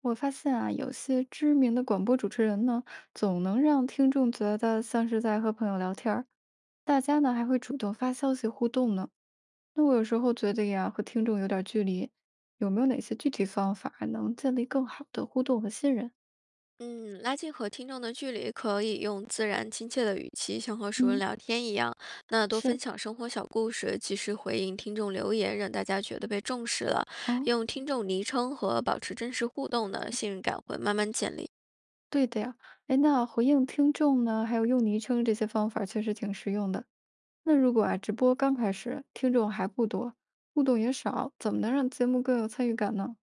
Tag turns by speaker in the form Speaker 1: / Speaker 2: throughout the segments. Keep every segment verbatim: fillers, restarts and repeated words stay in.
Speaker 1: 我发现啊，有些知名的广播主持人呢，总能让听众觉得像是在和朋友聊天儿。大家呢还会主动发消息互动呢。那我有时候觉得呀，和听众有点距离，有没有哪些具体方法能建立更好的互动和信任？
Speaker 2: 嗯，拉近和听众的距离，可以用自然亲切的语气，像和熟人
Speaker 1: 嗯，
Speaker 2: 聊天一样。那多分
Speaker 1: 是，
Speaker 2: 享生活小故事，及时回应听众留言，让大家觉得被重视了。
Speaker 1: 哦，
Speaker 2: 用听众昵称和保持真实互动呢，信任感会慢慢建立。
Speaker 1: 对的呀。哎，那回应听众呢，还有用昵称这些方法确实挺实用的。那如果啊，直播刚开始，听众还不多，互动也少，怎么能让节目更有参与感呢？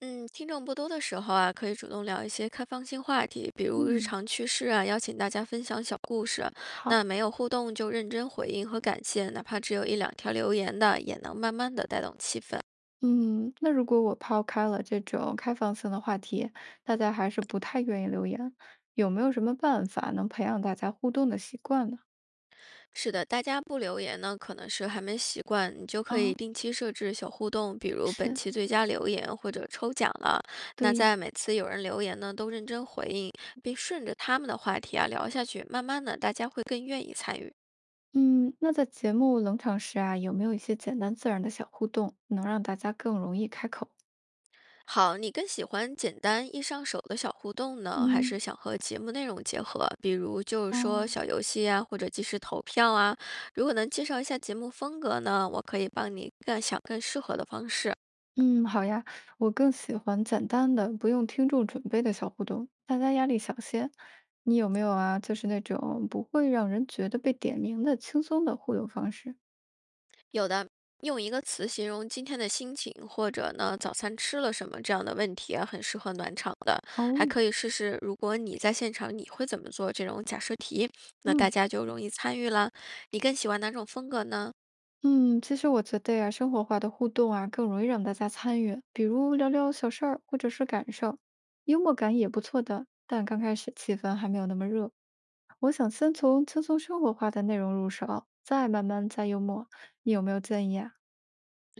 Speaker 2: 嗯，听众不多的时候啊，可以主动聊一些开放性话题，比如日
Speaker 1: 嗯，
Speaker 2: 常趣事啊，邀请大家分享小故事。
Speaker 1: 好。
Speaker 2: 那没有互动就认真回应和感谢，哪怕只有一两条留言的，也能慢慢的带动气氛。
Speaker 1: 嗯，那如果我抛开了这种开放性的话题，大家还是不太愿意留言，有没有什么办法能培养大家互动的习惯呢？
Speaker 2: 是的，大家不留言呢，可能是还没习惯，你就可以
Speaker 1: 啊，
Speaker 2: 定期设置小互动，比如本
Speaker 1: 是
Speaker 2: 期最佳留言或者抽奖了。那
Speaker 1: 对，
Speaker 2: 在每次有人留言呢，都认真回应，并顺着他们的话题啊聊下去，慢慢的大家会更愿意参与。
Speaker 1: 嗯，那在节目冷场时啊，有没有一些简单自然的小互动，能让大家更容易开口？
Speaker 2: 好，你更喜欢简单易上手的小互动呢，还
Speaker 1: 嗯，
Speaker 2: 是想和节目内容结合？比如就是说
Speaker 1: 哦，
Speaker 2: 小游戏啊，或者即时投票啊。如果能介绍一下节目风格呢，我可以帮你更想更适合的方式。
Speaker 1: 嗯，好呀，我更喜欢简单的，不用听众准备的小互动，大家压力小些。你有没有啊？就是那种不会让人觉得被点名的轻松的互动方式？
Speaker 2: 有的用一个词形容今天的心情，或者呢早餐吃了什么这样的问题啊，很适合暖场的。还
Speaker 1: 哦，
Speaker 2: 可以试试，如果你在现场，你会怎么做这种假设题，那
Speaker 1: 嗯
Speaker 2: 大家就容易参与啦。你更喜欢哪种风格呢？
Speaker 1: 嗯，其实我觉得呀，生活化的互动啊，更容易让大家参与，比如聊聊小事儿或者是感受，幽默感也不错的。但刚开始气氛还没有那么热，我想先从轻松生活化的内容入手，再慢慢加幽默。你有没有建议啊？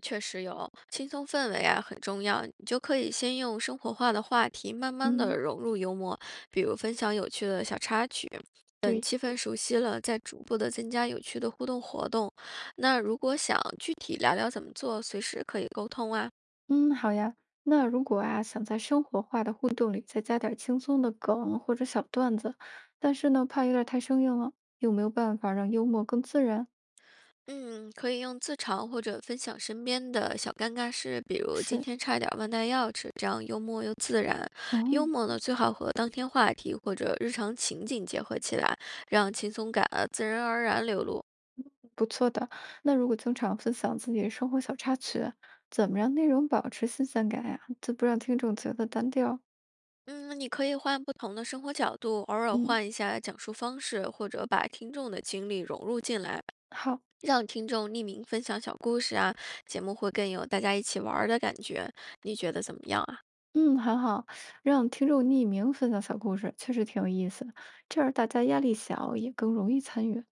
Speaker 2: 确实有轻松氛围啊，很重要。你就可以先用生活化的话题，慢慢
Speaker 1: 嗯，
Speaker 2: 的融入幽默，比如分享有趣的小插曲。等
Speaker 1: 对，
Speaker 2: 气氛熟悉了，再逐步的增加有趣的互动活动。那如果想具体聊聊怎么做，随时可以沟通啊。
Speaker 1: 嗯，好呀。那如果啊，想在生活化的互动里再加点轻松的梗或者小段子，但是呢，怕有点太生硬了，有没有办法让幽默更自然？
Speaker 2: 嗯，可以用自嘲或者分享身边的小尴尬事，比如今
Speaker 1: 是，
Speaker 2: 天差点儿忘带钥匙，这样幽默又自然。幽
Speaker 1: 哦。
Speaker 2: 默呢，最好和当天话题或者日常情景结合起来，让轻松感啊自然而然流露。
Speaker 1: 不错的。那如果经常分享自己的生活小插曲，怎么让内容保持新鲜感呀？就不让听众觉得单调。
Speaker 2: 嗯，你可以换不同的生活角度，偶尔
Speaker 1: 嗯，
Speaker 2: 换一下讲述方式，或者把听众的经历融入进来，
Speaker 1: 好，
Speaker 2: 让听众匿名分享小故事啊，节目会更有大家一起玩儿的感觉。你觉得怎么样？
Speaker 1: 嗯，很好，让听众匿名分享小故事，确实挺有意思。这样大家压力小，也更容易参与。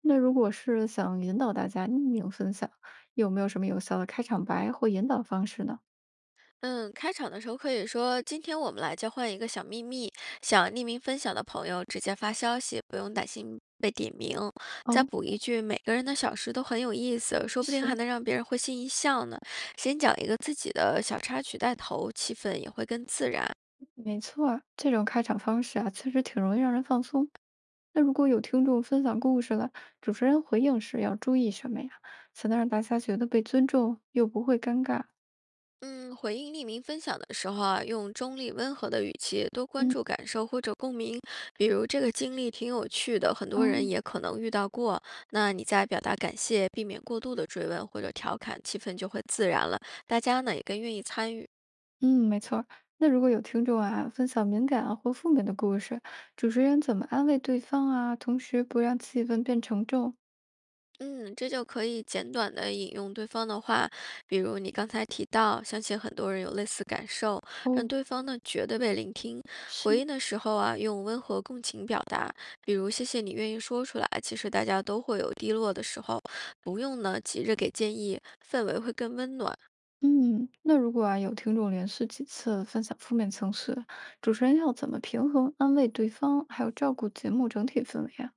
Speaker 1: 那如果是想引导大家匿名分享，有没有什么有效的开场白或引导方式呢？
Speaker 2: 嗯，开场的时候可以说："今天我们来交换一个小秘密，想匿名分享的朋友直接发消息，不用担心被点名。"再
Speaker 1: 哦，
Speaker 2: 补一句："每个人的小事都很有意思，说不定还
Speaker 1: 是，
Speaker 2: 能让别人会心一笑呢。"先讲一个自己的小插曲带头，气氛也会更自然。
Speaker 1: 没错儿，这种开场方式啊，确实挺容易让人放松。那如果有听众分享故事了，主持人回应时要注意什么呀？才能让大家觉得被尊重又不会尴尬？
Speaker 2: 嗯，回应匿名分享的时候啊，用中立温和的语气，多关
Speaker 1: 嗯，
Speaker 2: 注感受或者共鸣。比如这个经历挺有趣的，很多人
Speaker 1: 哦，
Speaker 2: 也可能遇到过。那你在表达感谢，避免过度的追问或者调侃，气氛就会自然了，大家呢也更愿意参与。
Speaker 1: 嗯，没错儿。那如果有听众啊分享敏感啊或负面的故事，主持人怎么安慰对方啊？同时不让气氛变沉重
Speaker 2: 嗯，这就可以简短的引用对方的话，比如你刚才提到，相信很多人有类似感受，让
Speaker 1: 哦。
Speaker 2: 对方呢觉得被聆听。回
Speaker 1: 是，
Speaker 2: 应的时候啊，用温和共情表达，比如谢谢你愿意说出来，其实大家都会有低落的时候，不用呢急着给建议，氛围会更温暖。
Speaker 1: 嗯，那如果啊有听众连续几次分享负面情绪，主持人要怎么平衡安慰对方，还有照顾节目整体氛围啊？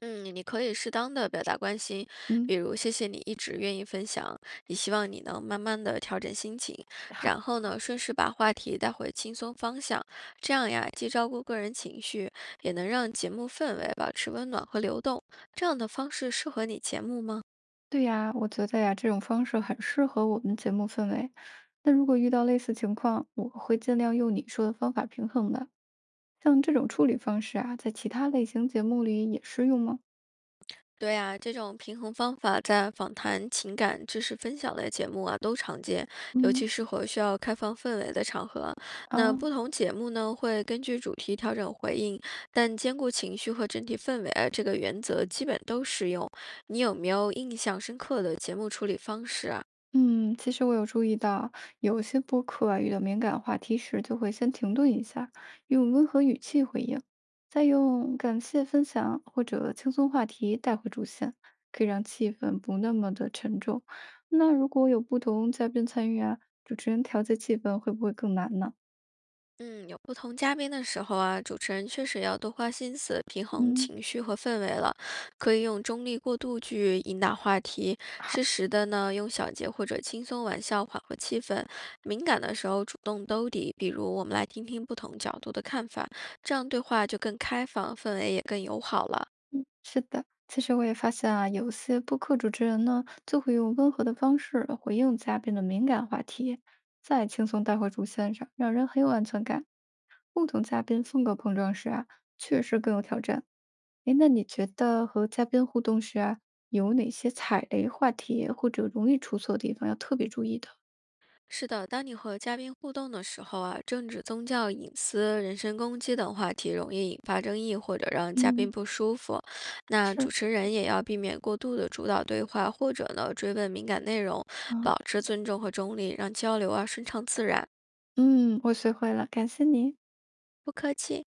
Speaker 2: 嗯，你可以适当的表达关心，
Speaker 1: 嗯，
Speaker 2: 比如谢谢你一直愿意分享，也希望你能慢慢的调整心情，然
Speaker 1: 好。
Speaker 2: 后呢，顺势把话题带回轻松方向，这样呀，既照顾个人情绪，也能让节目氛围保持温暖和流动。这样的方式适合你节目吗？
Speaker 1: 对呀，我觉得呀，这种方式很适合我们节目氛围。那如果遇到类似情况，我会尽量用你说的方法平衡的。像这种处理方式啊，在其他类型节目里也适用吗？
Speaker 2: 对呀，这种平衡方法在访谈、情感、知识分享类节目啊都常见，尤其
Speaker 1: 嗯，
Speaker 2: 适合需要开放氛围的场合。那
Speaker 1: 啊，
Speaker 2: 不同节目呢，会根据主题调整回应，但兼顾情绪和整体氛围啊，这个原则基本都适用。你有没有印象深刻的节目处理方式啊？
Speaker 1: 嗯，其实我有注意到，有些播客啊，遇到敏感话题时，就会先停顿一下，用温和语气回应，再用感谢分享或者轻松话题带回主线，可以让气氛不那么的沉重。那如果有不同嘉宾参与啊，主持人调节气氛会不会更难呢？
Speaker 2: 嗯，有不同嘉宾的时候啊，主持人确实要多花心思平衡
Speaker 1: 嗯，
Speaker 2: 情绪和氛围了。可以用中立过渡句引导话题，适
Speaker 1: 好。
Speaker 2: 时的呢用小节或者轻松玩笑缓和气氛。敏感的时候主动兜底，比如我们来听听不同角度的看法，这样对话就更开放，氛围也更友好了。
Speaker 1: 是的，其实我也发现啊，有些播客主持人呢，就会用温和的方式回应嘉宾的敏感话题，再轻松带回主线上，让人很有安全感。不同嘉宾风格碰撞时啊，确实更有挑战。哎，那你觉得和嘉宾互动时啊，有哪些踩雷话题或者容易出错的地方要特别注意的？
Speaker 2: 是的，当你和嘉宾互动的时候啊，政治、宗教、隐私、人身攻击等话题容易引发争议或者让嘉宾
Speaker 1: 嗯，
Speaker 2: 不舒服。那
Speaker 1: 是，
Speaker 2: 主持人也要避免过度的主导对话，或者呢追问敏感内容，
Speaker 1: 嗯。
Speaker 2: 保持尊重和中立，让交流啊顺畅自然，
Speaker 1: 嗯，我学会了，感谢你。
Speaker 2: 不客气。